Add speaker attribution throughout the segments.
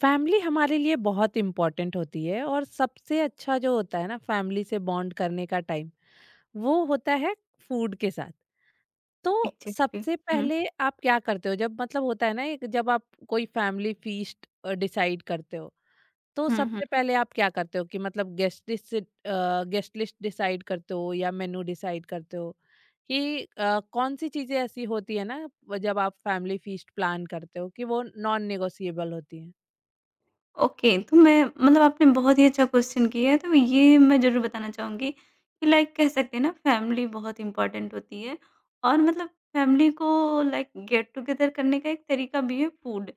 Speaker 1: Family हमारे लिए बहुत इम्पोर्टेंट होती है, और सबसे अच्छा जो होता है ना फैमिली से बॉन्ड करने का टाइम वो होता है फूड के साथ। तो
Speaker 2: एग्ज़ैक्टली।
Speaker 1: सबसे
Speaker 2: हुँ,
Speaker 1: पहले आप क्या करते हो जब मतलब होता है ना जब आप कोई फैमिली फीस्ट डिसाइड करते हो, तो
Speaker 2: हुँ, हुँ।
Speaker 1: सबसे पहले आप क्या करते हो कि मतलब guest list, guest list decide करते हो या मेनू डिसाइड करते हो, कि कौन सी चीजें ऐसी होती है ना जब आप फैमिली फीस्ट प्लान करते हो कि वो नॉन नेगोशिएबल होती हैं।
Speaker 2: ओके, तो मैं मतलब आपने बहुत ही अच्छा क्वेश्चन किया है। तो ये मैं ज़रूर बताना चाहूँगी कि लाइक कह सकते हैं ना, फैमिली बहुत इम्पोर्टेंट होती है और मतलब फैमिली को लाइक गेट टुगेदर करने का एक तरीका भी है फूड,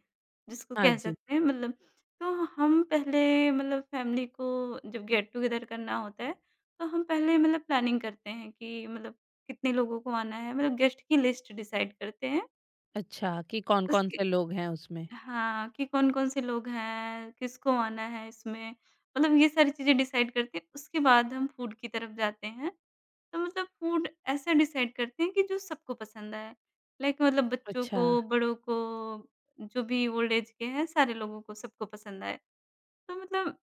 Speaker 2: जिसको
Speaker 1: हाँ
Speaker 2: कह
Speaker 1: जी।
Speaker 2: सकते हैं मतलब। तो हम पहले मतलब फैमिली को जब गेट टुगेदर करना होता है, तो हम पहले मतलब प्लानिंग करते हैं कि मतलब कितने लोगों को आना है, मतलब गेस्ट की लिस्ट डिसाइड करते हैं।
Speaker 1: अच्छा, कि कौन-कौन
Speaker 2: उसके
Speaker 1: से लोग हैं उसमें?
Speaker 2: हाँ, कि कौन-कौन से लोग हैं, किसको आना है इसमें, मतलब ये सारी चीज़ें डिसाइड करते हैं। उसके बाद हम फूड की तरफ जाते हैं, तो मतलब फूड ऐसा डिसाइड करते हैं कि जो सबको पसंद आए। लाइक मतलब बच्चों
Speaker 1: अच्छा।
Speaker 2: को, बड़ों को, जो भी ओल्ड एज के हैं, सारे लोगों को, सबको पसंद आए। तो मतलब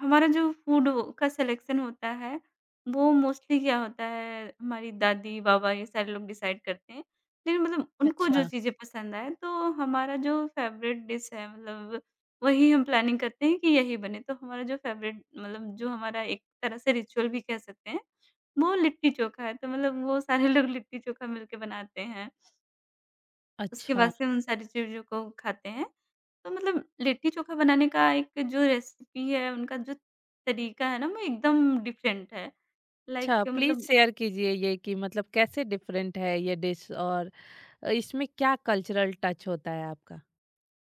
Speaker 2: हमारा जो फूड वो का सिलेक्शन होता है, वो मोस्टली क्या होता है, हमारी दादी, बाबा ये सारे लोग डिसाइड करते हैं। लेकिन मतलब उनको जो
Speaker 1: अच्छा।
Speaker 2: चीज़ें पसंद आएँ, तो हमारा जो फ़ेवरेट डिश है मतलब, वही हम प्लानिंग करते हैं कि यही बने। तो हमारा जो फ़ेवरेट मतलब जो हमारा एक तरह से रिचुअल भी कह सकते हैं, वो लिट्टी-चोखा है। तो मतलब वो सारे लोग लिट्टी-चोखा मिलके बनाते हैं। उसके बाद
Speaker 1: अच्छा,
Speaker 2: से उन सारी चीज़ों को खाते हैं। तो मतलब लिट्टी-चोखा बनाने का एक जो रेसिपी है, उनका जो तरीका है ना, वो एकदम डिफरेंट है। लाइक
Speaker 1: अच्छा प्लीज़
Speaker 2: मतलब।
Speaker 1: शेयर कीजिए ये कि मतलब कैसे डिफरेंट है ये डिश और इसमें क्या कल्चरल टच होता है आपका?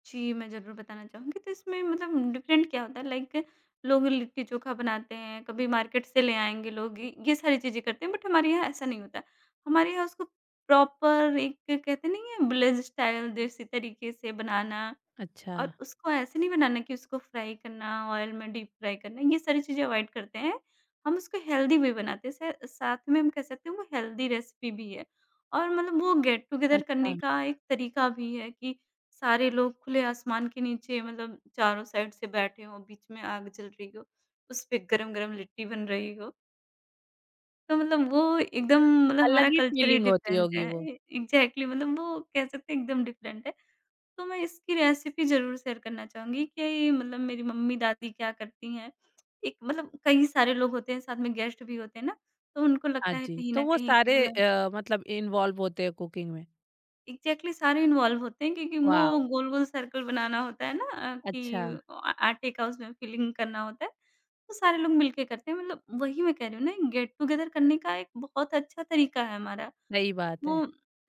Speaker 2: जी, मैं ज़रूर बताना चाहूँगी। तो इसमें मतलब डिफरेंट क्या होता है, लाइक लोग लिट्टी-चोखा बनाते हैं, कभी मार्केट से ले आएँगे लोग, ये सारी चीज़ें करते हैं, बट हमारे यहाँ ऐसा नहीं होता। हमारे यहाँ उसको प्रॉपर एक कहते नहीं है, विलेज स्टाइल देसी तरीके से बनाना।
Speaker 1: अच्छा।
Speaker 2: और उसको ऐसे नहीं बनाना कि उसको फ्राई करना, ऑयल में डीप फ्राई करना, ये सारी चीज़ें अवॉइड करते हैं। हम उसको हेल्दी भी बनाते हैं, स साथ में हम कह सकते हैं वो हेल्दी रेसिपी भी है। और मतलब वो गेट टुगेदर करने
Speaker 1: अच्छा।
Speaker 2: का एक तरीका भी है कि सारे लोग खुले आसमान के नीचे मतलब चारों साइड से बैठे हों, बीच में आग जल रही हो, उस पे गरम-गरम लिट्टी बन रही हो। तो मतलब वो एकदम मतलब हमारा
Speaker 1: अलग ही
Speaker 2: कल्चर ही
Speaker 1: फीलिंग होती
Speaker 2: डिफरेंट है।
Speaker 1: होगी वो।
Speaker 2: एग्ज़ैक्टली मतलब वो कह सकते हैं एकदम डिफरेंट है। तो मैं इसकी रेसिपी ज़रूर शेयर करना चाहूँगी कि मतलब मेरी मम्मी-दादी क्या करती हैं। एक मतलब कई सारे लोग होते हैं, साथ में गेस्ट भी होते हैं ना, तो उनको
Speaker 1: हाँ
Speaker 2: लगता है
Speaker 1: जी,
Speaker 2: कहीं
Speaker 1: तो
Speaker 2: न
Speaker 1: वो
Speaker 2: कहीं कि
Speaker 1: सारे
Speaker 2: मतलब।
Speaker 1: मतलब इन्वॉल्व होते हैं कुकिंग में।
Speaker 2: एग्ज़ैक्टली सारे इन्वॉल्व होते हैं क्योंकि वो
Speaker 1: वॉव!
Speaker 2: गोल-गोल सर्कल बनाना होता है ना,
Speaker 1: अच्छा।
Speaker 2: कि आ आटे का उसमें फिलिंग करना होता है, तो सारे लोग मिलके करते हैं। मतलब वही मैं कह रही हूँ ना, एक गेट टुगेदर करने का एक बहुत अच्छा तरीका है हमारा
Speaker 1: सही बात
Speaker 2: वो।
Speaker 1: है।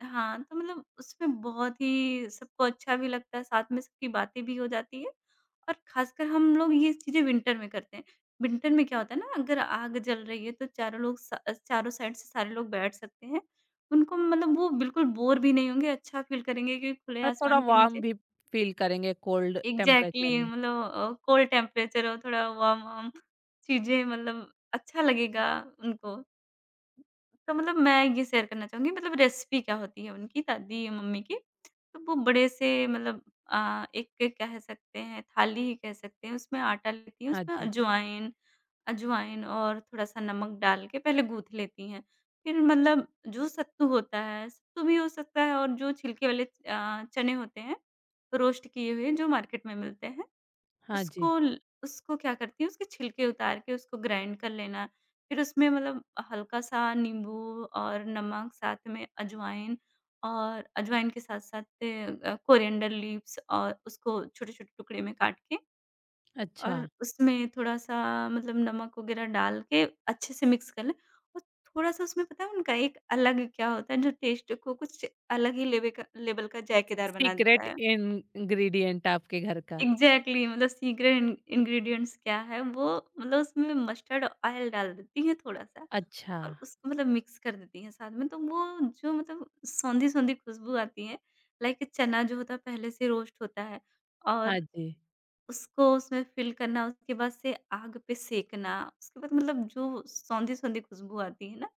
Speaker 2: हाँ, तो मतलब उसमें बहुत ही सबको अच्छा भी लगता है, साथ में सबकी बातें भी हो जाती है। और ख़ासकर हम लोग ये चीज़ें विंटर में करते हैं। विंटर में क्या होता है ना, अगर आग जल रही है तो चारों लोग स चारों साइड से सारे लोग बैठ सकते हैं। उनको मतलब वो बिल्कुल बोर भी नहीं होंगे, अच्छा फ़ील करेंगे कि खुले
Speaker 1: और थोड़ा
Speaker 2: आसमान के
Speaker 1: वार्म
Speaker 2: नीचे।
Speaker 1: भी फील करेंगे कोल्ड टेम्परेचर
Speaker 2: एग्ज़ैक्टली
Speaker 1: में।
Speaker 2: मतलब कोल्ड टेम्परेचर हो, थोड़ा वार्म-वार्म चीज़ें मतलब अच्छा लगेगा उनको। तो मतलब मैं ये शेयर करना चाहूँगी मतलब रेसिपी क्या होती है उनकी दादी मम्मी की। तो वो बड़े से मतलब एक कह सकते हैं थाली ही कह सकते हैं उसमें आटा लेती हैं,
Speaker 1: हाँ
Speaker 2: उसमें
Speaker 1: जी।
Speaker 2: अजवाइन। अजवाइन और थोड़ा-सा नमक डाल के पहले गूँथ लेती हैं। फिर मतलब जो सत्तू होता है, सत्तू भी हो सकता है और जो छिलके वाले चने होते हैं, रोस्ट किए हुए जो मार्केट में मिलते हैं।
Speaker 1: हाँ
Speaker 2: उसको
Speaker 1: जी।
Speaker 2: ल उसको क्या करती हूँ, उसके छिलके उतार के उसको ग्राइंड कर लेना। फिर उसमें मतलब हल्का-सा नींबू और नमक, साथ में अजवाइन और अजवाइन के साथ-साथ कोरिएंडर लीव्स और उसको छोटे-छोटे टुकड़े में काट के
Speaker 1: अच्छा।
Speaker 2: और उसमें थोड़ा-सा मतलब नमक वगैरह डाल के अच्छे से मिक्स कर लें। और थोड़ा-सा उसमें पता है उनका एक अलग क्या होता है जो टेस्ट को कुछ अलग ही लेवे का लेवल का जायकेदार बना देता
Speaker 1: सीक्रेट
Speaker 2: है।
Speaker 1: इंग्रीडिएंट आपके घर का।
Speaker 2: एग्ज़ैक्टली मतलब सीक्रेट इन इंग्रीडिएंट्स क्या है वो, मतलब उसमें मस्टर्ड ऑयल डाल देती हैं थोड़ा-सा
Speaker 1: अच्छा।
Speaker 2: और उसको मतलब मिक्स कर देती हैं साथ में। तो वो जो मतलब सौंधी-सौंधी खुशबू आती है, लाइक चना जो होता है पहले से रोस्ट होता है
Speaker 1: हाँ
Speaker 2: और
Speaker 1: जी।
Speaker 2: उसको उसमें फ़िल करना, उसके बाद से आग पे सेकना, उसके बाद मतलब जो सौंधी-सौंधी खुशबू आती है ना,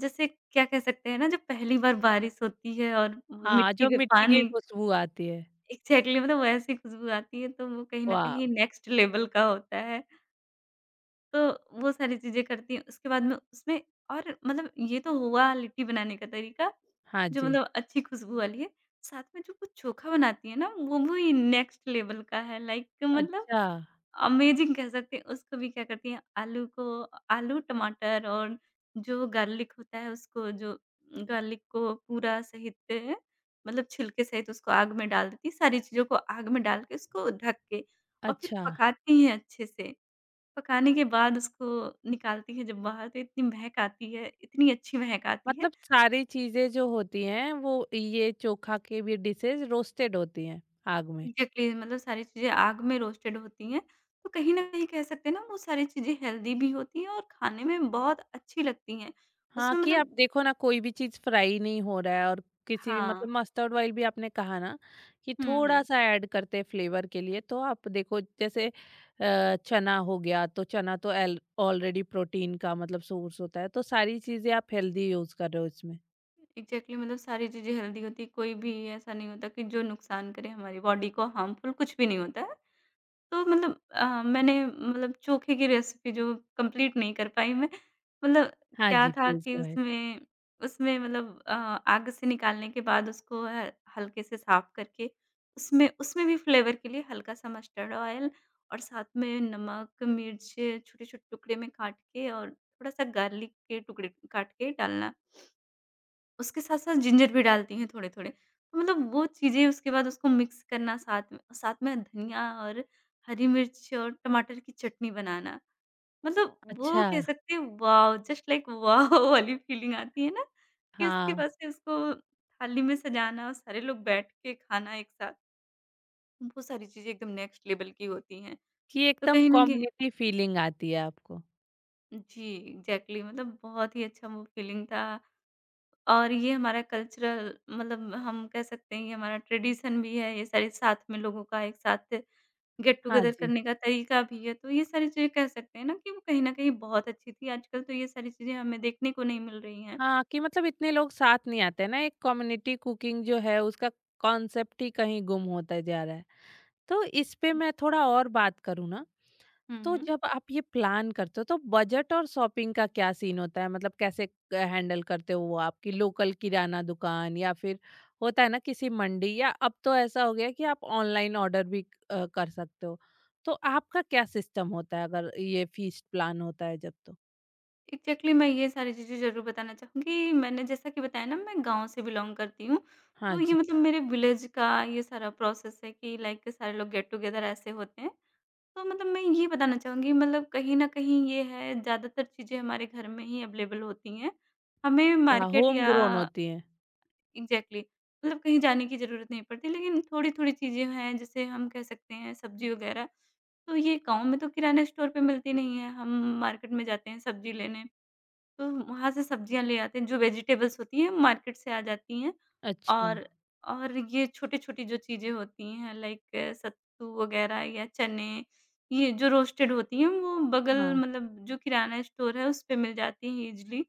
Speaker 2: जैसे क्या कह सकते हैं ना जब पहली बार बारिश होती है और
Speaker 1: हाँ,
Speaker 2: मिट्टी
Speaker 1: जो
Speaker 2: पे
Speaker 1: मिट्टी की
Speaker 2: पानी।
Speaker 1: खुशबू आती है।
Speaker 2: एग्ज़ैक्टली मतलब वैसी खुशबू आती है, तो वो कहीं न कहीं
Speaker 1: वाव!
Speaker 2: नेक्स्ट लेवल का होता है। तो वो सारी चीज़ें करती हैं। उसके बाद में उसमें। और मतलब ये तो हुआ लिट्टी बनाने का तरीका,
Speaker 1: हाँ
Speaker 2: जो
Speaker 1: जी।
Speaker 2: मतलब अच्छी खुशबू वाली है। साथ में जो वो चोखा बनाती है ना, वो भी नेक्स्ट लेवल का है। लाइक मतलब
Speaker 1: अच्छा।
Speaker 2: अमेज़िंग कह सकते हैं, उसको भी क्या करती हैं आलू को, आलू, टमाटर और जो गार्लिक होता है उसको जो गार्लिक को पूरा सहित मतलब छिलके सहित उसको आग में डाल देती हैं, सारी चीज़ों को आग में डाल के उसको ढक के और फिर
Speaker 1: अच्छा।
Speaker 2: पकाती हैं अच्छे से। पकाने के बाद उसको निकालती हैं जब बाहर तो इतनी महक आती है, इतनी अच्छी महक आती है।
Speaker 1: मतलब सारी चीज़ें जो होती हैं वो ये चोखा की भी डिशेज़ रोस्टेड होती हैं आग में।
Speaker 2: एग्ज़ैक्टली मतलब सारी चीज़ें आग में रोस्टेड होती हैं, तो कहीं न कहीं कह सकते हैं ना वो सारी चीज़ें हेल्दी भी होती हैं और खाने में बहुत अच्छी लगती हैं।
Speaker 1: हाँ,
Speaker 2: उसमें
Speaker 1: कि आप
Speaker 2: मतलब।
Speaker 1: देखो ना कोई भी चीज़ फ्राई नहीं हो रहा है, और किसी भी मतलब
Speaker 2: हाँ।
Speaker 1: मस्टर्ड ऑयल भी आपने कहा ना कि
Speaker 2: हुँ, हुँ।
Speaker 1: थोड़ा-सा ऐड करते हैं फ्लेवर के लिए। तो आप देखो जैसे चना हो गया, तो चना तो एल ऑलरेडी प्रोटीन का मतलब सोर्स होता है, तो सारी चीज़ें आप हेल्दी यूज़ कर रहे हो इसमें।
Speaker 2: एग्ज़ैक्टली मतलब सारी चीज़ें हेल्दी होती हैं, कोई भी ऐसा नहीं होता कि जो नुकसान करे हमारी बॉडी को, हार्मफुल कुछ भी नहीं होता है। तो मतलब मैंने मतलब चोखे की रेसिपी जो कंप्लीट नहीं कर पाई मैं, मतलब
Speaker 1: हाँ
Speaker 2: क्या
Speaker 1: जी,
Speaker 2: था
Speaker 1: प्लीज़
Speaker 2: कि
Speaker 1: गो अहेड।
Speaker 2: उसमें उसमें मतलब आग से निकालने के बाद उसको ह हल्के से साफ करके उसमें उसमें भी फ्लेवर के लिए हल्का-सा मस्टर्ड ऑयल और साथ में नमक, मिर्च छोटे-छोटे टुकड़े में काट के और थोड़ा-सा गार्लिक के टुकड़े काट के डालना। उसके साथ-साथ जिंजर भी डालती हैं थोड़े-थोड़े। तो मतलब वो चीज़ें उसके बाद उसको मिक्स करना साथ में धनिया और हरी मिर्च और टमाटर की चटनी बनाना। मतलब वो
Speaker 1: अच्छा।
Speaker 2: कह सकते हैं वॉव! Just like wow! वाली फीलिंग आती है ना, कि उसके
Speaker 1: हाँ,
Speaker 2: बाद से उसको थाली में सजाना और सारे लोग बैठ के खाना एक साथ। वो सारी चीज़ें एकदम नेक्स्ट लेवल की होती हैं।
Speaker 1: कि
Speaker 2: तो
Speaker 1: एकदम
Speaker 2: कहीं न कहीं।
Speaker 1: कम्युनिटी फीलिंग आती है आपको।
Speaker 2: जी, एग्ज़ैक्टली मतलब बहुत ही अच्छा वो फीलिंग था और ये हमारा कल्चरल मतलब हम कह सकते हैं ये हमारा ट्रेडिशन भी है, ये सारे साथ में लोगों का एक साथ गेट
Speaker 1: हाँ
Speaker 2: टुगेदर
Speaker 1: जी।
Speaker 2: करने का तरीका भी है। तो ये सारी चीज़ें कह सकते हैं ना कि वो कहीं न कहीं बहुत अच्छी थी, आजकल तो ये सारी चीज़ें हमें देखने को नहीं मिल रही हैं।
Speaker 1: हाँ, कि मतलब इतने लोग साथ नहीं आते हैं ना, एक कम्युनिटी कुकिंग जो है उसका कॉन्सेप्ट ही कहीं गुम होता जा रहा है। तो इस पे मैं थोड़ा और बात करूँ ना,
Speaker 2: हुँ,
Speaker 1: तो
Speaker 2: हुँ।
Speaker 1: जब आप ये प्लान करते हो तो बजट और शॉपिंग का क्या सीन होता है? मतलब कैसे क हैंडल करते हो, वो आपकी लोकल किराना दुकान या फिर होता है ना किसी मंडी, या अब तो ऐसा हो गया है कि आप ऑनलाइन ऑर्डर भी कर सकते हो। तो आपका क्या सिस्टम होता है अगर ये फीस्ट प्लान होता है जब तो?
Speaker 2: एग्ज़ैक्टली मैं ये सारी चीज़ें ज़रूर बताना चाहूँगी। मैंने जैसा कि बताया ना मैं गाँव से बिलॉन्ग करती हूँ,
Speaker 1: हाँ
Speaker 2: तो ये
Speaker 1: जी।
Speaker 2: मतलब मेरे विलेज का ये सारा प्रोसेस है कि लाइक सारे लोग गेट टुगेदर ऐसे होते हैं। तो मतलब मैं ये बताना चाहूँगी मतलब कहीं न कहीं ये है ज़्यादातर चीज़ें हमारे घर में ही अवेलेबल होती हैं। हमें
Speaker 1: अच्छा,
Speaker 2: मार्केट
Speaker 1: होम
Speaker 2: या।
Speaker 1: ग्रोन होती है।
Speaker 2: एग्ज़ैक्टली मतलब कहीं जाने की ज़रूरत नहीं पड़ती लेकिन थोड़ी-थोड़ी चीज़ें हैं जैसे हम कह सकते हैं सब्ज़ी वग़ैरह, तो ये गाँव में तो किराना स्टोर पे मिलती नहीं है। हम मार्केट में जाते हैं सब्ज़ी लेने तो वहाँ से सब्जियाँ ले आते हैं, जो वेजिटेबल्स होती हैं मार्केट से आ जाती हैं।
Speaker 1: अच्छा।
Speaker 2: और और ये छोटी-छोटी जो चीज़ें होती हैं लाइक सत्तू वग़ैरह या चने, ये जो रोस्टेड होती हैं वो बगल
Speaker 1: हाँ।
Speaker 2: मतलब जो किराना स्टोर है उस पे मिल जाती हैं ईज़िली।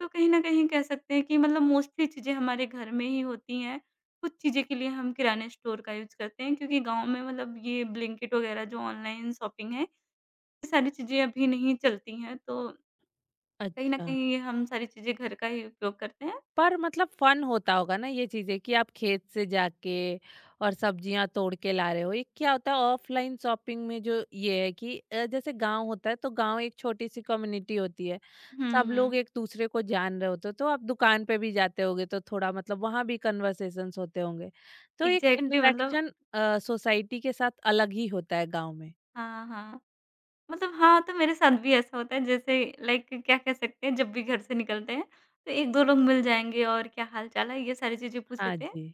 Speaker 2: तो कहीं न कहीं कह सकते हैं कि मतलब मोस्टली चीज़ें हमारे घर में ही होती हैं। कुछ चीज़ें के लिए हम किराने स्टोर का यूज़ करते हैं क्योंकि गाँव में मतलब ये ब्लिंकिट वग़ैरह जो ऑनलाइन शॉपिंग है, ये सारी चीज़ें अभी नहीं चलती हैं तो कहीं न
Speaker 1: अच्छा।
Speaker 2: कहीं हम सारी चीज़ें घर का ही उपयोग करते हैं।
Speaker 1: पर मतलब फन होता होगा ना ये चीजें कि आप खेत से जाके और सब्जियां तोड़ के ला रहे हो। ये क्या होता है ऑफलाइन शॉपिंग में जो ये है कि जैसे गांव होता है तो गांव एक छोटी सी कम्युनिटी होती है,
Speaker 2: हुँ,
Speaker 1: सब लोग
Speaker 2: हुँ।
Speaker 1: एक दूसरे को जान रहे होते हो, तो आप दुकान पे भी जाते होगे तो थोड़ा मतलब वहां भी कन्वर्सेशंस होते होंगे, तो एक
Speaker 2: एग्ज़ैक्टली मतलब।
Speaker 1: इंटरेक्शन सोसाइटी के साथ अलग ही होता है गांव में।
Speaker 2: हाँ, हाँ। मतलब हाँ, तो मेरे साथ भी ऐसा होता है जैसे लाइक क्या कह सकते हैं जब भी घर से निकलते हैं तो 1-2 लोग मिल जाएँगे और क्या हाल-चाल है ये सारी चीज़ें पूछ
Speaker 1: हाँ
Speaker 2: लेते हैं।
Speaker 1: जी।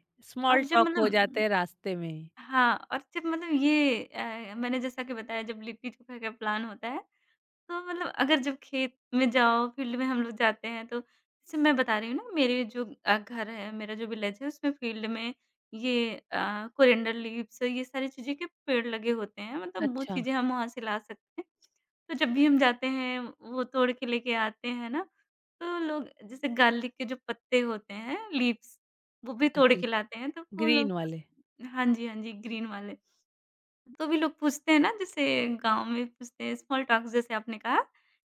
Speaker 2: और
Speaker 1: स्मॉल
Speaker 2: जब
Speaker 1: टॉक हो जाते
Speaker 2: मतलब।
Speaker 1: हैं रास्ते में ही।
Speaker 2: हाँ, और जब मतलब ये मैंने जैसा कि बताया जब लिट्टी-चोखा का प्लान होता है। हाँ, मतलब अगर जब खेत में जाओ, फील्ड में हम लोग जाते हैं तो जैसे मैं बता रही हूँ ना मेरे जो घर है, मेरा जो विलेज है उसमें फील्ड में ये कोरिएंडर लीव्स ये सारी चीज़ें के पेड़ लगे होते हैं, मतलब वो
Speaker 1: अच्छा।
Speaker 2: चीज़ें हम वहाँ से ला सकते हैं। तो जब भी हम जाते हैं वो तोड़ के लेके आते हैं ना, तो लोग जैसे गार्लिक के जो पत्ते होते हैं, लीव्स, वो भी तोड़
Speaker 1: जी,
Speaker 2: के लाते हैं तो वो
Speaker 1: ग्रीन
Speaker 2: लोग।
Speaker 1: वाले।
Speaker 2: हाँ जी, हाँ जी, ग्रीन वाले। तो भी लोग पूछते हैं ना, जैसे गाँव में पूछते हैं, स्मॉल टॉक जैसे आपने कहा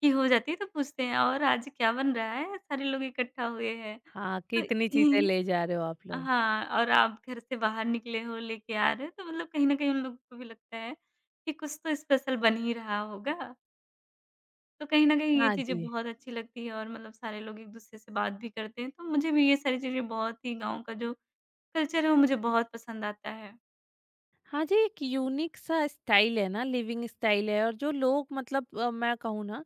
Speaker 2: कि हो जाती है, तो पूछते हैं और आज क्या बन रहा है? सारे लोग इकट्ठा हुए हैं।
Speaker 1: हाँ,
Speaker 2: तो
Speaker 1: कितनी चीज़ें
Speaker 2: ये
Speaker 1: ले जा रहे हो आप लोग।
Speaker 2: हाँ, और आप घर से बाहर निकले हो, लेके आ रहे हो, तो मतलब कहीं न कहीं उन लोगों को भी लगता है कि कुछ तो स्पेशल बन ही रहा होगा। तो कहीं न कहीं ये
Speaker 1: हाँ
Speaker 2: चीज़ें
Speaker 1: जी।
Speaker 2: बहुत अच्छी लगती है, और मतलब सारे लोग एक-दूसरे से बात भी करते हैं। तो मुझे भी ये सारी चीज़ें, बहुत ही गाँव का जो कल्चर है वो मुझे बहुत पसंद आता है।
Speaker 1: हाँ जी, एक यूनिक सा स्टाइल है ना, लिविंग स्टाइल है। और जो लोग मतलब मैं कहूँ ना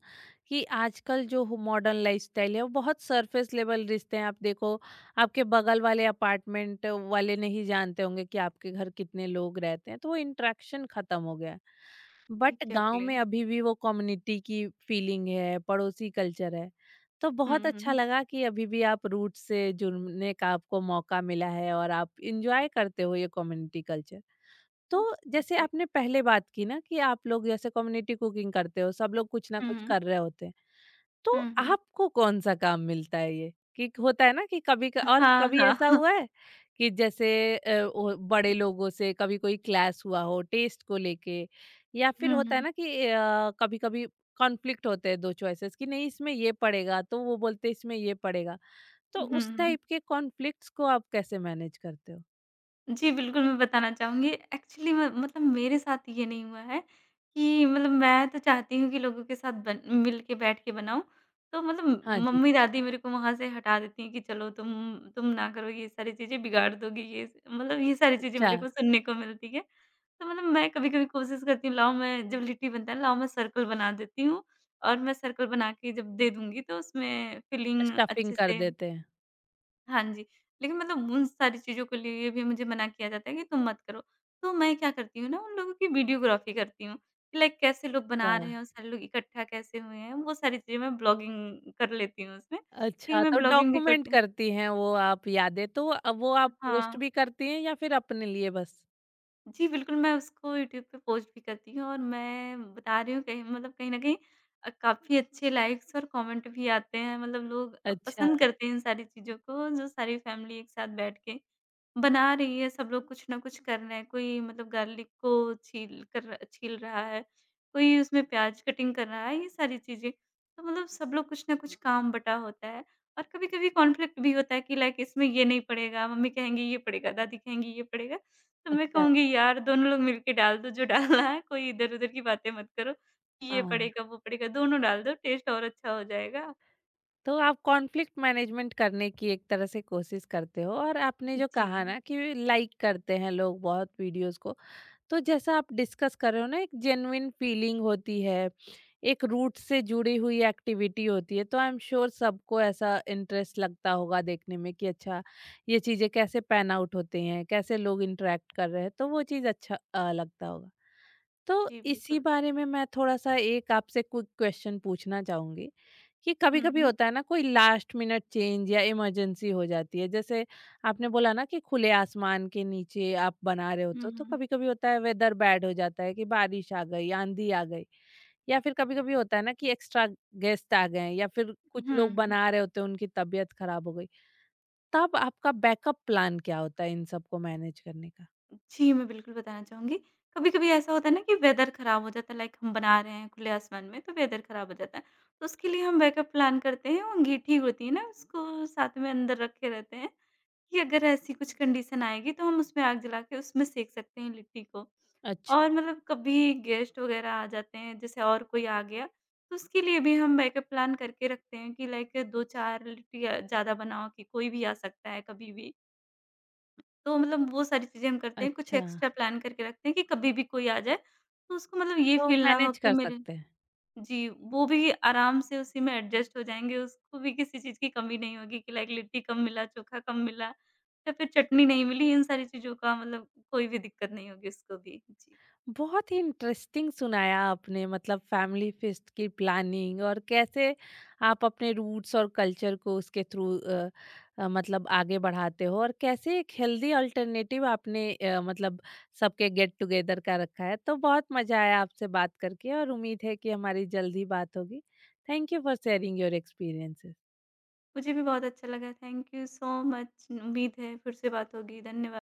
Speaker 1: कि आजकल जो हो मॉडर्न लाइफ़स्टाइल है, वो बहुत सरफ़ेस लेवल रिश्ते हैं। आप देखो, आपके बगल वाले अपार्टमेंट वाले नहीं जानते होंगे कि आपके घर कितने लोग रहते हैं, तो वो इंटरेक्शन ख़त्म हो गया है। बट गांव
Speaker 2: एग्ज़ैक्टली।
Speaker 1: में अभी भी वो कम्युनिटी की फीलिंग है, पड़ोसी कल्चर है। तो
Speaker 2: हुँ,
Speaker 1: बहुत अच्छा
Speaker 2: हुँ।
Speaker 1: लगा कि अभी भी आप रूट से जुड़ने का आपको मौका मिला है और आप इंजॉय करते हो ये कम्युनिटी कल्चर। तो
Speaker 2: हुँ,
Speaker 1: जैसे
Speaker 2: जी।
Speaker 1: आपने पहले बात की ना कि आप लोग जैसे कम्युनिटी कुकिंग करते हो, सब लोग कुछ ना कुछ
Speaker 2: हुँ।
Speaker 1: कर रहे होते हैं, तो
Speaker 2: हुँ, हुँ।
Speaker 1: आपको कौन-सा काम मिलता है ये? कि होता है ना कि कभी क और
Speaker 2: हाँ,
Speaker 1: कभी ऐसा
Speaker 2: हाँ।
Speaker 1: हुआ है कि जैसे वो बड़े लोगों से कभी कोई क्लैश हुआ हो टेस्ट को लेके, या फिर होता है
Speaker 2: हुँ,
Speaker 1: ना कि कभी-कभी कॉन्फ्लिक्ट होते हैं 2 चॉइसेस, कि नहीं इसमें ये पड़ेगा, तो वो बोलते हैं इसमें ये पड़ेगा। तो उस
Speaker 2: हुँ।
Speaker 1: टाइप के कॉन्फ्लिक्ट्स को आप कैसे मैनेज करते हो?
Speaker 2: जी, बिल्कुल मैं बताना चाहूँगी। एक्चुअली म मतलब मेरे साथ ये नहीं हुआ है कि मतलब मैं तो चाहती हूँ कि लोगों के साथ बन मिल के बैठ के बनाऊँ। तो मतलब
Speaker 1: हाँ जी।
Speaker 2: मम्मी-दादी मेरे को वहाँ से हटा देती हैं कि चलो, तुम ना करो, ये सारी चीज़ें बिगाड़ दोगी, ये स मतलब ये सारी चीज़ें
Speaker 1: अच्छा,
Speaker 2: मेरे को सुनने को मिलती हैं। तो मतलब मैं कभी-कभी कोशिश करती हूँ, लाओ मैं जब लिट्टी बनता है, लाओ मैं सर्कल बना देती हूँ, और मैं सर्कल बना के जब दे दूँगी तो उसमें फिलिंग
Speaker 1: स्टफिंग
Speaker 2: अच्छे
Speaker 1: कर
Speaker 2: से।
Speaker 1: देते हैं।
Speaker 2: हाँ जी, लेकिन मतलब उन सारी चीज़ों के लिए भी मुझे मना किया जाता है कि तुम मत करो। तो मैं क्या करती हूँ ना, उन लोगों की वीडियोग्राफ़ी करती हूँ, कि लाइक कैसे लोग बना रहे हैं
Speaker 1: अच्छा।
Speaker 2: और सारे लोग इकट्ठा कैसे हुए हैं, वो सारी चीज़ें मैं ब्लॉगिंग कर लेती हूँ उसमें, क्योंकि
Speaker 1: अच्छा,
Speaker 2: मैं
Speaker 1: तो
Speaker 2: ब्लॉगिंग भी
Speaker 1: डॉक्यूमेंट
Speaker 2: करती हूँ।
Speaker 1: करती हैं वो आप यादें, तो वो आप पोस्ट
Speaker 2: हाँ।
Speaker 1: भी करती हैं या फिर अपने लिए बस?
Speaker 2: जी, बिल्कुल मैं उसको यूट्यूब पे पोस्ट भी करती हूँ, और मैं बता रही हूँ कहीं मतलब कहीं न कहीं काफ़ी अच्छे लाइक्स और कमेंट भी आते हैं। मतलब लोग
Speaker 1: अच्छा।
Speaker 2: पसंद करते हैं इन सारी चीज़ों को, जो सारी फैमिली एक साथ बैठ के बना रही है, सब लोग कुछ ना कुछ कर रहे हैं। कोई मतलब गार्लिक को छील कर छील रहा है, कोई उसमें प्याज कटिंग कर रहा है, ये सारी चीज़ें। तो मतलब सब लोग कुछ ना कुछ, काम बँटा होता है। और कभी-कभी कॉन्फ्लिक्ट भी होता है कि लाइक इसमें ये नहीं पड़ेगा, मम्मी कहेंगी ये पड़ेगा, दादी कहेंगी ये पड़ेगा। तो मैं
Speaker 1: अच्छा।
Speaker 2: कहूँगी यार, दोनों लोग मिलके डाल दो जो डालना है, कोई इधर-उधर की बातें मत करो कि ये
Speaker 1: हाँ।
Speaker 2: पड़ेगा, वो पड़ेगा, दोनों डाल दो, टेस्ट और अच्छा हो जाएगा।
Speaker 1: तो आप कॉन्फ्लिक्ट मैनेजमेंट करने की एक तरह से कोशिश करते हो, और आपने जो
Speaker 2: जी।
Speaker 1: कहा ना कि लाइक करते हैं लोग बहुत वीडियोज़ को, तो जैसा आप डिस्कस कर रहे हो ना, एक जेन्युइन फीलिंग होती है, एक रूट से जुड़ी हुई एक्टिविटी होती है, तो आई एम श्योर सबको ऐसा इंटरेस्ट लगता होगा देखने में कि अच्छा ये चीज़ें कैसे पैन आउट होते हैं, कैसे लोग इंटरेक्ट कर रहे हैं, तो वो चीज़ अच्छा लगता होगा। तो
Speaker 2: जी,
Speaker 1: इसी
Speaker 2: बिल्कुल।
Speaker 1: बारे में मैं थोड़ा-सा एक आपसे क्विक क्वेश्चन पूछना चाहूँगी कि
Speaker 2: हुँ,
Speaker 1: कभी-कभी
Speaker 2: हुँ।
Speaker 1: होता है ना कोई लास्ट मिनट चेंज या इमरजेंसी हो जाती है। जैसे आपने बोला ना कि खुले आसमान के नीचे आप बना रहे होते
Speaker 2: हुँ,
Speaker 1: हो तो
Speaker 2: हुँ।
Speaker 1: कभी-कभी होता है वेदर बैड हो जाता है कि बारिश आ गई, आंधी आ गई, या फिर कभी-कभी होता है ना कि एक्स्ट्रा गेस्ट आ गए हैं या फिर कुछ
Speaker 2: हुँ,
Speaker 1: लोग
Speaker 2: हुँ।
Speaker 1: बना रहे होते हैं उनकी तबीयत खराब हो गई। तब आपका बैकअप प्लान क्या होता है इन सबको मैनेज करने का?
Speaker 2: जी, मैं बिल्कुल बताना चाहूँगी। कभी-कभी ऐसा होता है ना कि वेदर ख़राब हो जाता है, लाइक हम बना रहे हैं खुले आसमान में, तो वेदर ख़राब हो जाता है। तो उसके लिए हम बैकअप प्लान करते हैं, और अंगीठी होती है ना, उसको साथ में अंदर रखे रहते हैं कि अगर ऐसी कुछ कंडीशन आएगी, तो हम उसमें आग जला के उसमें सेंक सकते हैं लिट्टी को।
Speaker 1: अच्छ
Speaker 2: और मतलब कभी गेस्ट वग़ैरह आ जाते हैं, जैसे और कोई आ गया, तो उसके लिए भी हम बैकअप प्लान करके रखते हैं कि लाइक 2-4 लिट्टी ज़्यादा बनाओ, कि कोई भी आ सकता है कभी भी। तो मतलब वो सारी चीज़ें हम करते हैं, कुछ
Speaker 1: अच्छा।
Speaker 2: एक्स्ट्रा प्लान करके रखते हैं कि कभी भी कोई आ जाए, तो उसको मतलब ये
Speaker 1: तो
Speaker 2: फ़ील ना हो
Speaker 1: मैनेज
Speaker 2: कि
Speaker 1: कर
Speaker 2: मेरे।
Speaker 1: सकते हैं।
Speaker 2: जी, वो भी आराम से उसी में एडजस्ट हो जाएँगे, उसको भी किसी चीज़ की कमी नहीं होगी कि लाइक लिट्टी कम मिला, चोखा कम मिला या फिर चटनी नहीं मिली, इन सारी चीज़ों का मतलब कोई भी दिक्कत नहीं होगी उसको भी। जी,
Speaker 1: बहुत ही इंटरेस्टिंग सुनाया आपने मतलब फैमिली फेस्ट की प्लानिंग, और कैसे आप अपने रूट्स और कल्चर को उसके थ्रू मतलब आगे बढ़ाते हो, और कैसे एक हेल्दी अल्टरनेटिव आपने मतलब सबके गेट टुगेदर का रखा है। तो बहुत मजा आया आपसे बात करके, और उम्मीद है कि हमारी जल्द ही बात होगी। Thank you for sharing your experiences.
Speaker 2: मुझे भी बहुत अच्छा लगा, थैंक यू सो मच। उम्मीद है फिर से बात होगी, धन्यवाद।